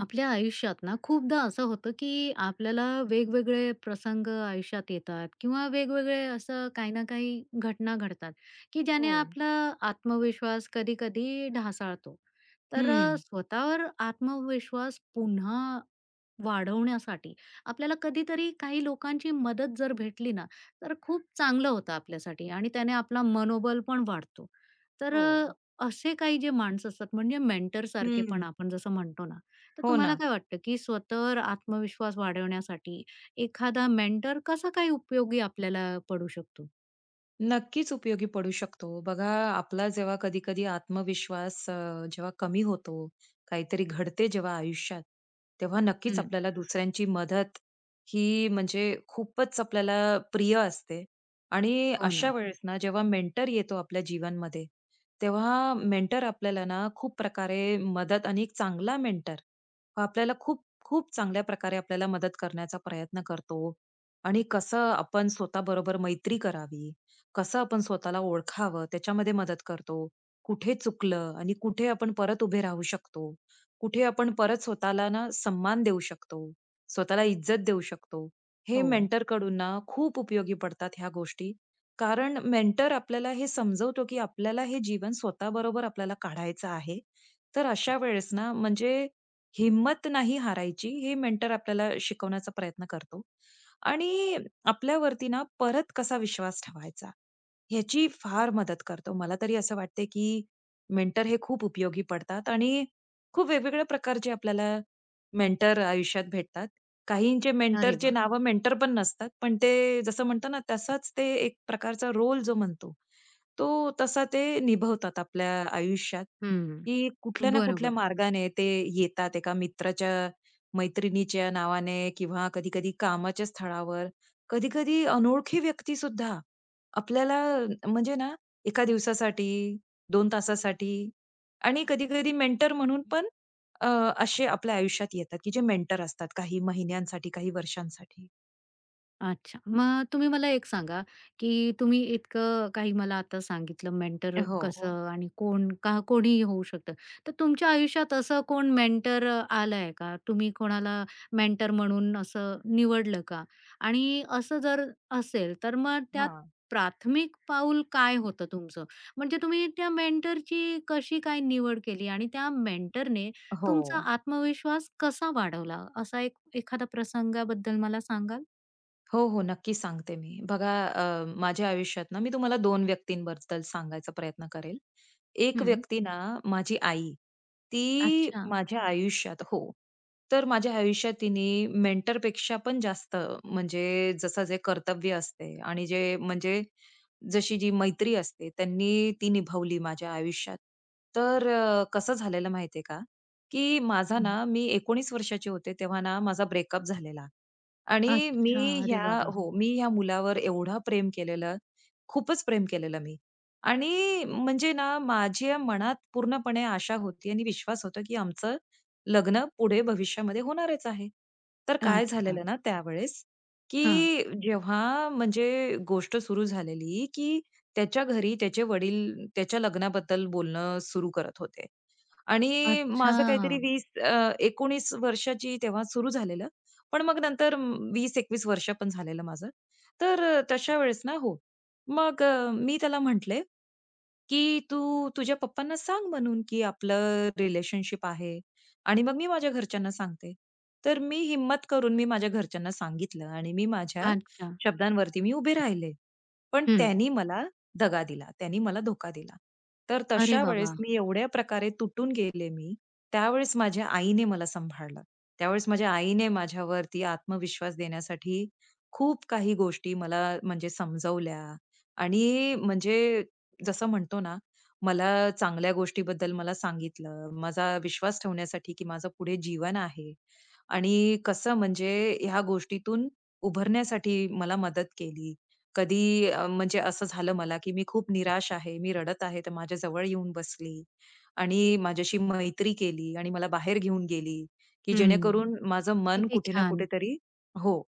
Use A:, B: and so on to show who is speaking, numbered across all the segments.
A: आपल्या आयुष्यात ना खूपदा असं होतं की आपल्याला वेगवेगळे प्रसंग आयुष्यात येतात किंवा वेगवेगळे असं काही ना काही घटना घडतात की ज्याने
B: हो.
A: आपला आत्मविश्वास कधी कधी ढासाळतो. तर
B: हं.
A: स्वतःवर आत्मविश्वास पुन्हा वाढवण्यासाठी आपल्याला कधीतरी काही लोकांची मदत जर भेटली ना, तर खूप चांगलं होतं आपल्यासाठी आणि त्याने आपला मनोबल पण वाढतो. तर
B: हो.
A: असे काही जे माणसं असतात म्हणजे मेंटरसारखे
B: हं.
A: पण आपण जसं म्हणतो ना, तर
B: हो
A: तुम्हाला
B: ना.
A: काय वाटतं की स्वतःवर आत्मविश्वास वाढवण्यासाठी एखादा मेंटर कसा काही उपयोगी आपल्याला पडू शकतो?
B: नक्कीच उपयोगी पडू शकतो. बघा, आपला जेव्हा कधी-कधी आत्मविश्वास जेव्हा कमी होतो, काहीतरी घडते जेव्हा आयुष्यात, तेव्हा नक्कीच
A: हं.
B: आपल्याला दुसऱ्यांची मदत ही म्हणजे खूपच आपल्याला प्रिय असते. आणि
A: हो
B: अशा
A: ना.
B: वेळेस ना, जेव्हा मेंटर येतो आपल्या जीवनमध्ये, तेव्हा मेंटर आपल्याला ना, खूप प्रकारे मदत आणि एक चांगला मेंटर आपल्याला खूप, खूप चांगल्या प्रकारे आपल्याला मदत करण्याचा प्रयत्न करतो. आणि कसं आपण स्वतःबरोबर मैत्री करावी, कसं आपण स्वतःला ओळखावं, त्याच्यामध्ये मदत करतो. कुठे चुकलं आणि कुठे आपण परत उभे राहू शकतो. कुठे आपण परत स्वतःला ना सन्मान देऊ शकतो, स्वतःला इज्जत देऊ शकतो. हे
A: हो.
B: मेंटरकडून ना खूप उपयोगी पडतात ह्या गोष्टी. कारण मेंटर आपल्याला हे समजवतो, की आपल्याला हे जीवन स्वतःबरोबर आपल्याला काढायचं आहे. तर अशा वेळेस ना म्हणजे हिम्मत नाही हारायची, हे मेंटर आपल्याला शिकवण्याचा प्रयत्न करतो. आणि आपल्यावरती ना परत कसा विश्वास ठेवायचा, ह्याची फार मदत करतो. मला तरी असं वाटते, की मेंटर हे खूप उपयोगी पडतात आणि खूप वेगवेगळ्या प्रकारचे आपल्याला मेंटर आयुष्यात भेटतात. काहींचे
A: अरे
B: मेंटरचे
A: वाह!
B: नावं मेंटर पण नसतात. पण ते जसं म्हणतो ना, तसाच ते एक प्रकारचा रोल जो म्हणतो, तो तसा ते निभवतात आपल्या आयुष्यात,
A: हं.
B: की कुठल्या ना कुठल्या
A: बरोबर.
B: मार्गाने ते येतात. एका मित्राच्या, मैत्रिणीच्या नावाने किंवा कधी-कधी कामाच्या स्थळावर, कधी-कधी अनोळखी व्यक्तीसुद्धा आपल्याला म्हणजे ना एका दिवसासाठी, 2 तासासाठी आणि कधी-कधी मेंटर म्हणून पण अ, असे आपल्या आयुष्यात येतात, की जे मेंटर असतात काही महिन्यांसाठी, काही वर्षांसाठी.
A: अच्छा. मग तुम्ही मला एक सांगा, की तुम्ही इतकं काही मला आता सांगितलं मेंटर
B: हो, हो.
A: कसं आणि कोण का कोणीही होऊ शकतं. तर तुमच्या आयुष्यात असं कोण मेंटर आलाय का? तुम्ही कोणाला मेंटर म्हणून असं निवडलं का? आणि असं जर असेल, तर मग त्यात
B: हां.
A: प्राथमिक पाऊल काय होतं तुमचं? म्हणजे तुम्ही त्या मेंटरची कशी काय निवड केली आणि त्या मेंटरने
B: हो.
A: तुमचा आत्मविश्वास कसा वाढवला? असा एक एखादा प्रसंगाबद्दल मला सांगाल?
B: हो, हो. नक्की सांगते मी. बघा माझ्या आयुष्यात ना मी तुम्हाला 2 व्यक्तींबद्दल सांगायचा प्रयत्न करेल. एक
A: हं.
B: व्यक्ती ना माझी आई. ती
A: अच्छा.
B: माझ्या आयुष्यात, हो. तर माझ्या आयुष्यात तिने मेंटरपेक्षा पण जास्त म्हणजे जसं जे कर्तव्य असते आणि जे म्हणजे जशी जी मैत्री असते, त्यांनी ती निभावली माझ्या आयुष्यात. तर कसं झालेलं माहिती का, की माझा
A: हं.
B: ना मी 19 वर्षाची होते तेव्हा ना माझा ब्रेकअप झालेला. आणि मी
A: अच्छा. अरे
B: ह्या,
A: बाबा!
B: हो, मी ह्या मुलावर एवढं प्रेम केलेलं, खूपच प्रेम केलेलं मी. आणि म्हणजे ना, माझ्या मनात पूर्णपणे आशा होती आणि विश्वास होता, की आमचं लग्न पुढे भविष्यामध्ये होणारच आहे. तर काय
A: अच्छा.
B: झालेलं ना त्यावेळेस,
A: हां.
B: की जेव्हा म्हणजे गोष्ट सुरू झालेली, की त्याच्या घरी त्याचे वडील त्याच्या लग्नाबद्दल बोलणं सुरू करत होते. आणि माझं काहीतरी
A: अच्छा.
B: 19 वर्षाची तेव्हा सुरू झालेलं. पण मग नंतर 20-21 वर्ष पण झालेलं माझं. तर तशा वेळेस ना, हो, मग मी त्याला म्हटले, की "तू तुझ्या पप्पांना सांग म्हणून, की आपलं रिलेशनशिप आहे." आणि मग मी माझ्या घरच्यांना सांगते. तर मी हिम्मत करून माझ्या घरच्यांना सांगितलं आणि मी माझ्या
A: अच्छा.
B: शब्दांवरती उभे राहिले. पण
A: हं.
B: त्यांनी मला दगा दिला. त्यांनी मला धोका दिला. तर
A: अरे
B: तशा
A: बाबा!
B: वेळेस मी एवढ्या प्रकारे तुटून गेले मी. त्यावेळेस माझ्या आईने मला सांभाळलं. त्यावेळेस माझ्या आईने माझ्यावरती आत्मविश्वास देण्यासाठी खूप काही गोष्टी मला म्हणजे समजवल्या आणि म्हणजे जसं म्हणतो ना, मला चांगल्या गोष्टीबद्दल मला सांगितलं. माझा विश्वास ठेवण्यासाठी, की माझं पुढे जीवन आहे आणि कसं म्हणजे ह्या गोष्टीतून उभरण्यासाठी मला मदत केली. कधी म्हणजे असं झालं मला, की मी खूप निराश आहे, मी रडत आहे, तर माझ्या जवळ येऊन बसली आणि माझ्याशी मैत्री केली आणि मला बाहेर घेऊन गेली, की
A: हं.
B: जेणेकरून माझं मन
A: किती
B: कुठे ना
A: छान.
B: कुठेतरी. हो.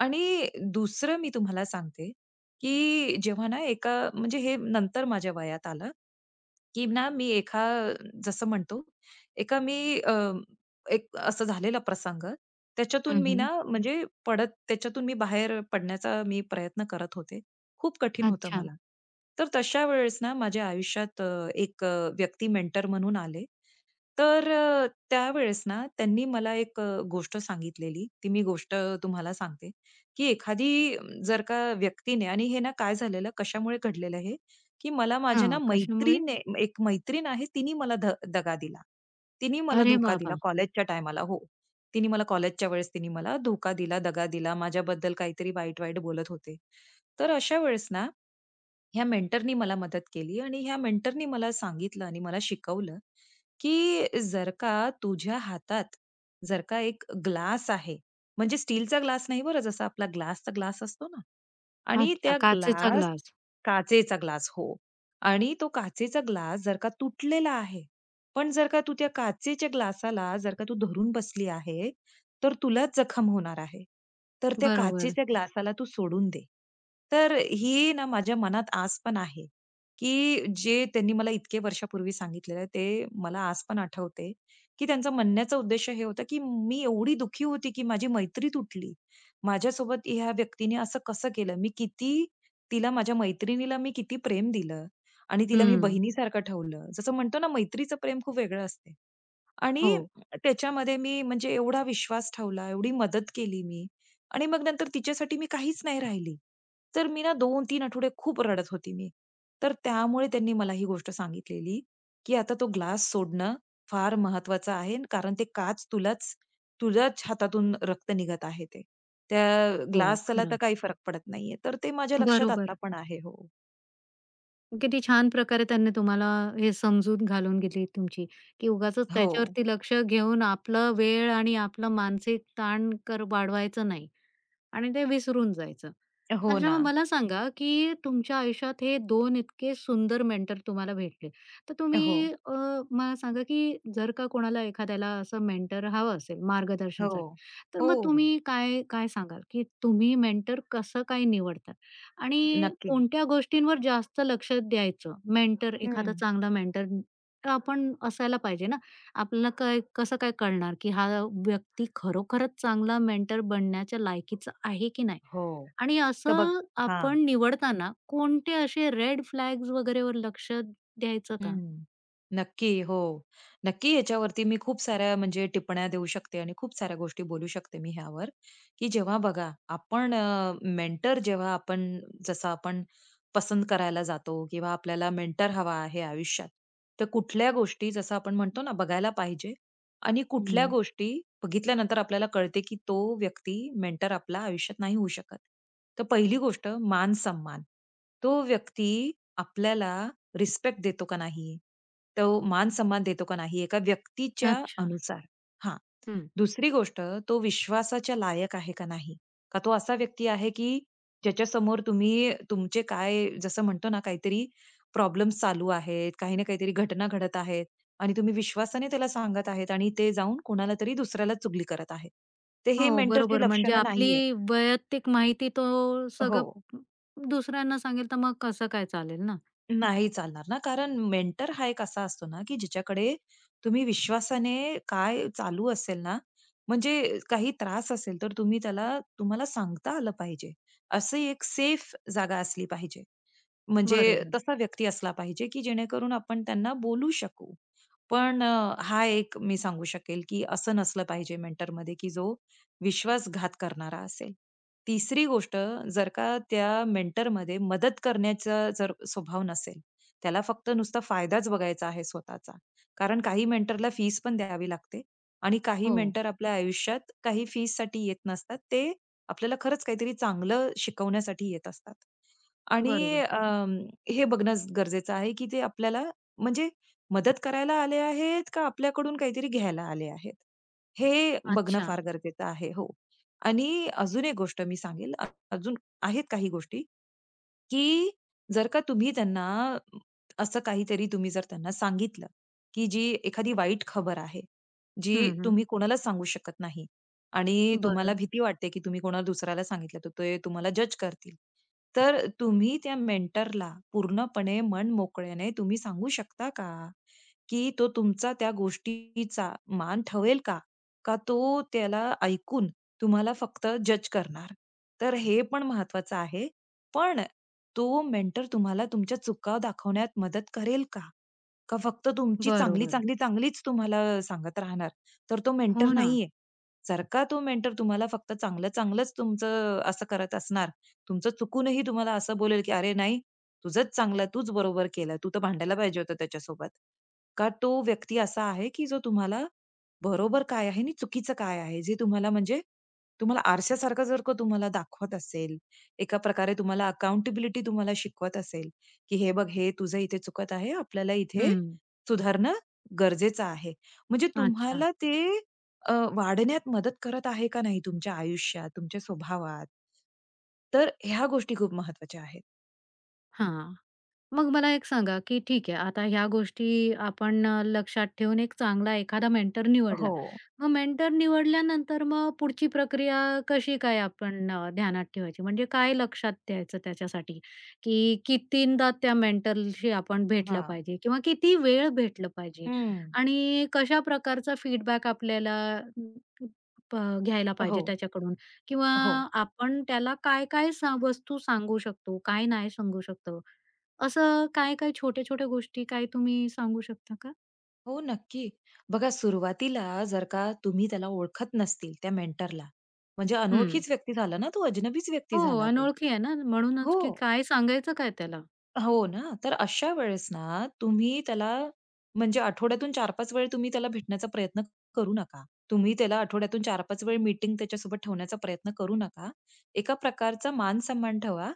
B: आणि दुसरं मी तुम्हाला सांगते, की जेव्हा ना एका म्हणजे हे नंतर माझ्या वयात आलं. की ना मी एका जसं म्हणतो, एका मी अ, एक असं झालेला प्रसंग,
A: हं,
B: त्याच्यातून मी
A: हं.
B: ना म्हणजे त्याच्यातून मी बाहेर पडण्याचा मी प्रयत्न करत होते. खूप कठीण होतं
A: अच्छा.
B: मला. तर तशा वेळेस ना माझ्या आयुष्यात एक व्यक्ती मेंटर म्हणून आले. तर त्यावेळेस ना त्यांनी मला एक गोष्ट सांगितलेली. ती मी गोष्ट तुम्हाला सांगते, की एखादी जर का व्यक्तीने, आणि हे ना काय झालेलं, कशामुळे घडलेलं हे, की मला माझ्या ना
A: हां. कशामुळे?
B: मैत्रीने, एक मैत्रीण आहे तिने मला दगा दिला. तिने मला
A: अरे
B: धोका दिला
A: बाबा!
B: कॉलेजच्या टायमाला. हो. तिने मला कॉलेजच्या वेळेस तिने मला धोका दिला, दगा दिला. माझ्याबद्दल काहीतरी वाईट-वाईट बोलत होते. तर अशा वेळेस ना, ह्या मेंटरनी मला मदत केली आणि ह्या मेंटरनी मला सांगितलं आणि मला शिकवलं, की जर का तुझ्या हातात जर का एक ग्लास आहे, म्हणजे स्टीलचा ग्लास नाही बरं, जसा आपला ग्लासचा ग्लास असतो ना, आणि
A: अच्छा.
B: त्या
A: काचेचा
B: ग्लास
A: ग्लास.
B: काचेचा ग्लास, हो. आणि तो काचेचा ग्लास जर का तुटलेला आहे, पण जर का तू त्या काचेच्या ग्लासाला जर का तू धरून बसली आहे, तर तुलाच जखम होणार आहे. तर त्या
A: बरोबर.
B: काचेच्या ग्लासाला तू सोडून दे. तर ही ना माझ्या मनात आस पण आहे, की जे त्यांनी मला इतके वर्षापूर्वी सांगितलेलं आहे, ते मला आज पण आठवते, की त्यांचा म्हणण्याचा उद्देश हे होता, की मी एवढी दुःखी होती, की माझी मैत्री तुटली. माझ्यासोबत ह्या व्यक्तीने असं कसं केलं? मी किती तिला माझ्या मैत्रिणीला मी किती प्रेम दिलं आणि तिला मी
A: हं.
B: बहिणीसारखं ठेवलं. जसं म्हणतो ना, मैत्रीचं प्रेम खूप वेगळं असते.
A: हो,
B: आणि त्याच्यामध्ये मी म्हणजे एवढा विश्वास ठेवला, एवढी मदत केली मी आणि मग नंतर तिच्यासाठी मी काहीच नाही राहिली. तर मी ना 2-3 आठवडे खूप रडत होती मी. तर त्यामुळे त्यांनी मला ही गोष्ट सांगितलेली, की आता तो ग्लास सोडणं फार महत्वाचं आहे, कारण ते काच तुलाच, तुझ्याच हातातून रक्त निघत आहे ते. त्या
A: हो.
B: ग्लासला तर
A: खरं.
B: काही फरक पडत नाहीये. तर ते माझ्या लक्षात
A: बरोबर.
B: आता पण आहे. हो.
A: किती छान प्रकारे त्यांनी तुम्हाला हे समजून घालून गेली तुमची, की उगाचच
B: हो.
A: त्याच्यावरती लक्ष घेऊन आपला वेळ आणि आपलं मानसिक ताण कर वाढवायचं नाही आणि ते विसरून जायचं.
B: हो
A: अच्छा
B: ना.
A: मग मला सांगा, की तुमच्या आयुष्यात हे 2 इतके सुंदर मेंटर तुम्हाला भेटले. तर
B: हो.
A: तुम्ही मला सांगा, की जर का कोणाला एखाद्याला असं मेंटर हवं असेल
B: हो.
A: मार्गदर्शनसाठी, तर
B: हो,
A: मग
B: हो.
A: तुम्ही काय काय सांगाल, की तुम्ही मेंटर कसं काय निवडतात? आणि
B: नक्की.
A: कोणत्या गोष्टींवर जास्त लक्ष द्यायचं? मेंटर
B: हं.
A: एखादा चांगला मेंटर आपण असायला पाहिजे ना. आपल्याला काय कसं काय कळणार, की हा व्यक्ती खरोखरच चांगला मेंटर बनण्याच्या लायकीचा आहे की नाही?
B: हो.
A: आणि
B: तर बघ.
A: असं
B: हां.
A: आपण निवडताना कोणते असे रेड फ्लॅग्स वगैरेवर लक्ष द्यायचं का?
B: हं. नक्की. हो. नक्की याच्यावरती मी खूप साऱ्या म्हणजे टिप्पण्या देऊ शकते आणि खूप साऱ्या गोष्टी बोलू शकते मी ह्यावर, की जेव्हा बघा आपण मेंटर जेव्हा आपण जसं आपण पसंत करायला जातो किंवा आपल्याला मेंटर हवा आहे आयुष्यात, तर कुठल्या गोष्टी जसं आपण म्हणतो ना बघायला पाहिजे आणि कुठल्या
A: हं.
B: गोष्टी बघितल्यानंतर आपल्याला कळते, की तो व्यक्ती मेंटर आपला आयुष्यात नाही होऊ शकत. तर पहिली गोष्ट, मान-सन्मान. तो व्यक्ती आपल्याला रिस्पेक्ट देतो का नाही? तो मान-सन्मान देतो का नाही? एका व्यक्तीच्या
A: अच्छा.
B: अनुसार. हां.
A: हं.
B: दुसरी गोष्ट, तो विश्वासाच्या लायक आहे का नाही? का तो असा व्यक्ती आहे, की ज्याच्यासमोर तुम्ही तुमचे काय जसं म्हणतो ना, काहीतरी प्रॉब्लेम्स चालू आहेत, काही ना काहीतरी घटना घडत आहेत आणि तुम्ही विश्वासाने त्याला सांगत आहेत आणि ते जाऊन कोणाला तरी दुसऱ्याला चुगली करत आहे. तर हे
A: हो,
B: मेंटरची
A: बरोबर. म्हणजे
B: लक्षणं नाहीये.
A: आपली वैयक्तिक माहिती तो
B: हो.
A: सगळं दुसऱ्यांना सांगेल, तर मग कसं काय चालेल ना?
B: नाही चालणार ना, कारण मेंटर हा एक असा असतो ना, की ज्याच्याकडे तुम्ही विश्वासाने काय चालू असेल ना, म्हणजे काही त्रास असेल तर तुम्ही त्याला, तुम्हाला सांगता आलं पाहिजे. अशी एक सेफ जागा असली पाहिजे. म्हणजे
A: बरोबर.
B: तसा व्यक्ती असला पाहिजे, की जेणेकरून आपण त्यांना बोलू शकू. पण हा एक मी सांगू शकेल, की असं नसलं पाहिजे मेंटर मेंटरमध्ये, की जो विश्वासघात करणारा असेल. तिसरी गोष्ट, जर का त्या मेंटरमध्ये मदत करण्याचा जर स्वभाव नसेल, त्याला फक्त नुसता फायदाच बघायचा आहे स्वतःचा. कारण काही मेंटरला फीस पण द्यावी लागते आणि काही
A: हो,
B: मेंटर आपल्या आयुष्यात काही फीससाठी येत नसतात. ते आपल्याला खरंच काहीतरी चांगलं शिकवण्यासाठी येत असतात. आणि
A: बरोबर.
B: हे बघणं गरजेचं आहे, की ते आपल्याला म्हणजे मदत करायला आले आहेत का आपल्याकडून काहीतरी घ्यायला आले आहेत? हे बघणं
A: अच्छा.
B: फार गरजेचं आहे. हो. आणि अजून एक गोष्ट मी सांगेल, अजून आहेत काही गोष्टी, की जर का तुम्ही त्यांना अ, असं काहीतरी तुम्ही जर त्यांना सांगितलं, की जी एखादी वाईट खबर आहे, जी
A: हं, हं.
B: तुम्ही कोणाला सांगू शकत नाही आणि तुम्हाला
A: बरं.
B: भीती वाटते, की तुम्ही कोणाला दुसऱ्याला सांगितलं, तर ते तुम्हाला जज करतील. तर तुम्ही त्या मेंटरला पूर्णपणे मन मोकळ्याने तुम्ही सांगू शकता का? की तो तुमचा त्या गोष्टीचा मान ठेवेल का? का तो त्याला ऐकून तुम्हाला फक्त जज करणार? तर हे पण महत्वाचं आहे. पण तो मेंटर तुम्हाला तुमच्या चुका दाखवण्यात मदत करेल का? का फक्त तुमची चांगली,
A: बरोबर.
B: चांगली, चांगलीच तुम्हाला सांगत राहणार? तर तो मेंटर
A: हो ना.
B: नाहीये. जर का तो मेंटर तुम्हाला फक्त चांगलं, चांगलंच तुमचं असं करत असणार, तुमचं चुकूनही तुम्हाला असं बोलेल, की "अरे नाही, तुझंच चांगलं, तूच बरोबर केलं. तू तर भांडायला पाहिजे होतं त्याच्यासोबत." का तो व्यक्ती असा आहे, की जो तुम्हाला बरोबर काय आहे आणि चुकीचं काय आहे, जे तुम्हाला म्हणजे तुम्हाला आरशासारखं जर का तुम्हाला दाखवत असेल, एका प्रकारे तुम्हाला अकाउंटेबिलिटी तुम्हाला शिकवत असेल, की "हे बघ, हे तुझं इथे चुकत आहे. आपल्याला इथे
A: हं.
B: सुधारणं गरजेचं आहे." म्हणजे
A: अच्छा.
B: तुम्हाला ते वाढण्यात मदत करत आहे का नाही तुमच्या आयुष्यात, तुमच्या स्वभावात? तर ह्या गोष्टी खूप महत्वाच्या आहेत.
A: हां. मग मला एक सांगा, की ठीक आहे आता ह्या गोष्टी आपण लक्षात ठेवून एक चांगला एखादा मेंटर निवडला.
B: हो.
A: मग मेंटर निवडल्यानंतर मग पुढची प्रक्रिया कशी काय आपण ध्यानात ठेवायची? म्हणजे काय लक्षात द्यायचं त्याच्यासाठी, की कितींदा त्या मेंटरशी आपण भेटलं
B: हां.
A: पाहिजे किंवा किती वेळ भेटलं पाहिजे?
B: हं.
A: आणि कशा प्रकारचा फीडबॅक आपल्याला अ, प घ्यायला पाहिजे
B: हो,
A: त्याच्याकडून किंवा
B: हो.
A: आपण त्याला काय-काय वस्तू सांगू शकतो, काय नाही सांगू शकतो? असं काय-काय छोट्या-छोट्या गोष्टी काय तुम्ही सांगू शकता का?
B: हो, नक्की. बघा, सुरुवातीला जर का तुम्ही त्याला ओळखत नसतील त्या मेंटरला, म्हणजे
A: हं.
B: अनोळखीच व्यक्ती झाला ना तो, अजनबीच व्यक्ती
A: हो,
B: झाला तो.
A: अनोळखी आहे ना,
B: हो.
A: म्हणूनच की काय सांगायचं काय त्याला?
B: हो ना. तर अशा वेळेस ना, तुम्ही त्याला म्हणजे आठवड्यातून 4-5 वेळ तुम्ही त्याला भेटण्याचा प्रयत्न करू नका. तुम्ही त्याला आठवड्यातून 4-5 वेळ मीटिंग त्याच्यासोबत ठेवण्याचा प्रयत्न करू नका. एका प्रकारचा मान-सन्मान ठेवा,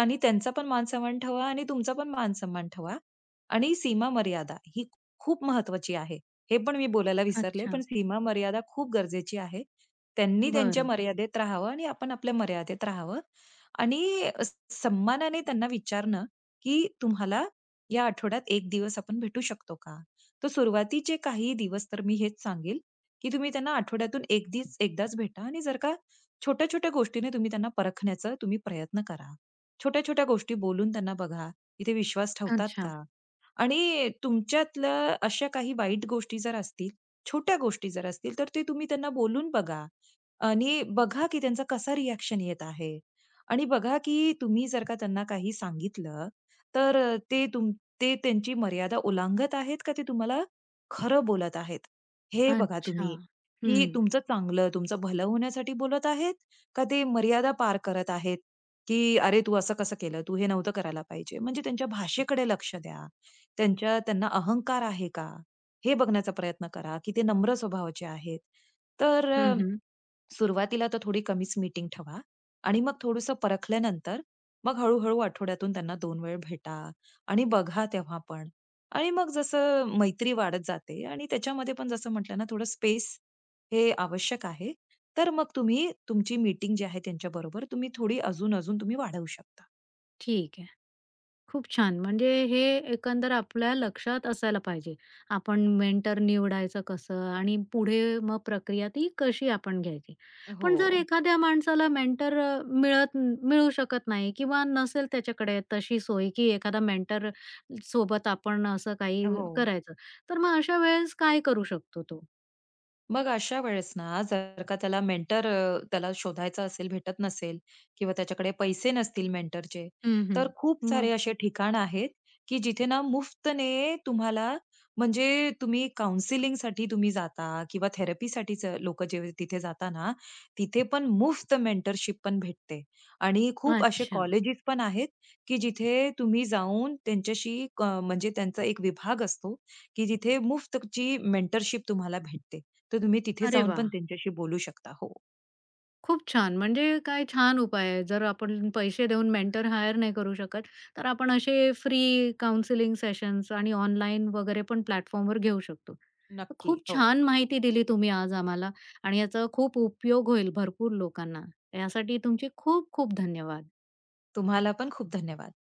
B: आणि त्यांचा पण मान-सन्मान ठेवा आणि तुमचा पण मान-सन्मान ठेवा. आणि सीमा-मर्यादा ही खूप महत्वाची आहे. हे पण मी बोलायला विसरले,
A: अच्छा.
B: पण सीमा-मर्यादा खूप गरजेची आहे. त्यांनी त्यांच्या
A: बरं.
B: मर्यादेत राहावं आणि आपण आपल्या मर्यादेत राहावं, आणि सन्मानाने त्यांना विचारणं, की तुम्हाला या आठवड्यात एक दिवस आपण भेटू शकतो का? तर सुरुवातीचे काही दिवस तर मी हेच सांगेल, की तुम्ही त्यांना आठवड्यातून 1 दिस एकदाच भेटा आणि जर का छोट्या-छोट्या गोष्टीने तुम्ही त्यांना परखण्याचा तुम्ही प्रयत्न करा. छोट्या-छोट्या गोष्टी बोलून त्यांना बघा, इथे विश्वास ठेवतात
A: अच्छा,
B: का? आणि तुमच्यातल्या अशा काही वाईट गोष्टी जर असतील, छोट्या गोष्टी जर असतील, तर ते तुम्ही त्यांना बोलून बघा. आणि बघा की त्यांचा कसा रिएक्शन येत आहे. आणि बघा की तुम्ही जर का त्यांना काही सांगितलं, तर अ, ते तुम ते त्यांची मर्यादा ओलांघत आहेत का ते तुम्हाला खरं बोलत आहेत? हे बघा
A: अच्छा.
B: तुम्ही, की
A: हं.
B: तुमचं चांगलं, तुमचं भलं होण्यासाठी बोलत आहेत का ते मर्यादा पार करत आहेत, की "अरे, तू असं कसं केलं? तू हे नव्हतं करायला पाहिजे." म्हणजे त्यांच्या भाषेकडे लक्ष द्या. त्यांच्या त्यांना अहंकार आहे का? हे बघण्याचा प्रयत्न करा, की ते नम्र स्वभावाचे आहेत. तर
A: हं, हं.
B: सुरुवातीला तर थोडी कमीच मीटिंग ठेवा आणि मग थोडंसं परखल्यानंतर मग हळूहळू आठवड्यातून त्यांना दोन वेळ भेटा आणि बघा तेव्हा पण. आणि मग जसं मैत्री वाढत जाते आणि त्याच्यामध्ये पण जसं म्हटलं ना, थोडं स्पेस हे आवश्यक आहे. तर मग तुम्ही तुमची मीटिंग जी आहे त्यांच्याबरोबर तुम्ही थोडी अजून-अजून तुम्ही वाढवू शकता.
A: ठीक आहे. खूप छान. म्हणजे हे एकंदर आपल्या लक्षात असायला पाहिजे. आपण मेंटर निवडायचं कसं आणि पुढे मग प्रक्रिया ती कशी आपण घ्यायची. पण
B: हो.
A: जर एखाद्या माणसाला मेंटर मिळू शकत नाही किंवा नसेल त्याच्याकडे तशी सोय, की एखादा मेंटर सोबत आपण असं काही
B: हो.
A: करायचं. तर मग अशा वेळेस काय करू शकतो तो?
B: मग अशा वेळेस ना, जर का त्याला मेंटर त्याला शोधायचा असेल, भेटत नसेल किंवा त्याच्याकडे पैसे नसतील मेंटरचे,
A: हं, हं.
B: तर खूप सारे
A: मग
B: असे ठिकाण आहेत, की जिथे ना मुफ्तने तुम्हाला म्हणजे तुम्ही काउन्सिलिंगसाठी तुम्ही जाता किंवा थेरपीसाठीच लोकं जे तिथे जाता ना, तिथे पण मुफ्त मेंटरशिप पण भेटते. आणि खूप असे
A: अच्छा.
B: कॉलेजेस पण आहेत, की जिथे तुम्ही जाऊन त्यांच्याशी म्हणजे त्यांचा एक विभाग असतो, की जिथे मुफ्तची मेंटरशिप तुम्हाला भेटते. तर तुम्ही तिथे
A: अरे
B: जाऊन पण
A: वाह!
B: त्यांच्याशी बोलू शकता. हो,
A: खूप छान. म्हणजे काय छान उपाय आहे. जर आपण पैसे देऊन मेंटर हायर नाही करू शकत, तर आपण असे फ्री काउंसलिंग सेशन्स आणि ऑनलाईन वगैरे पण प्लॅटफॉर्मवर घेऊ शकतो.
B: नक्की.
A: खूप
B: हो.
A: छान माहिती दिली तुम्ही आज आम्हाला आणि याचा खूप उपयोग होईल भरपूर लोकांना. यासाठी तुमचे खूप खूप धन्यवाद.
B: तुम्हाला पण खूप धन्यवाद.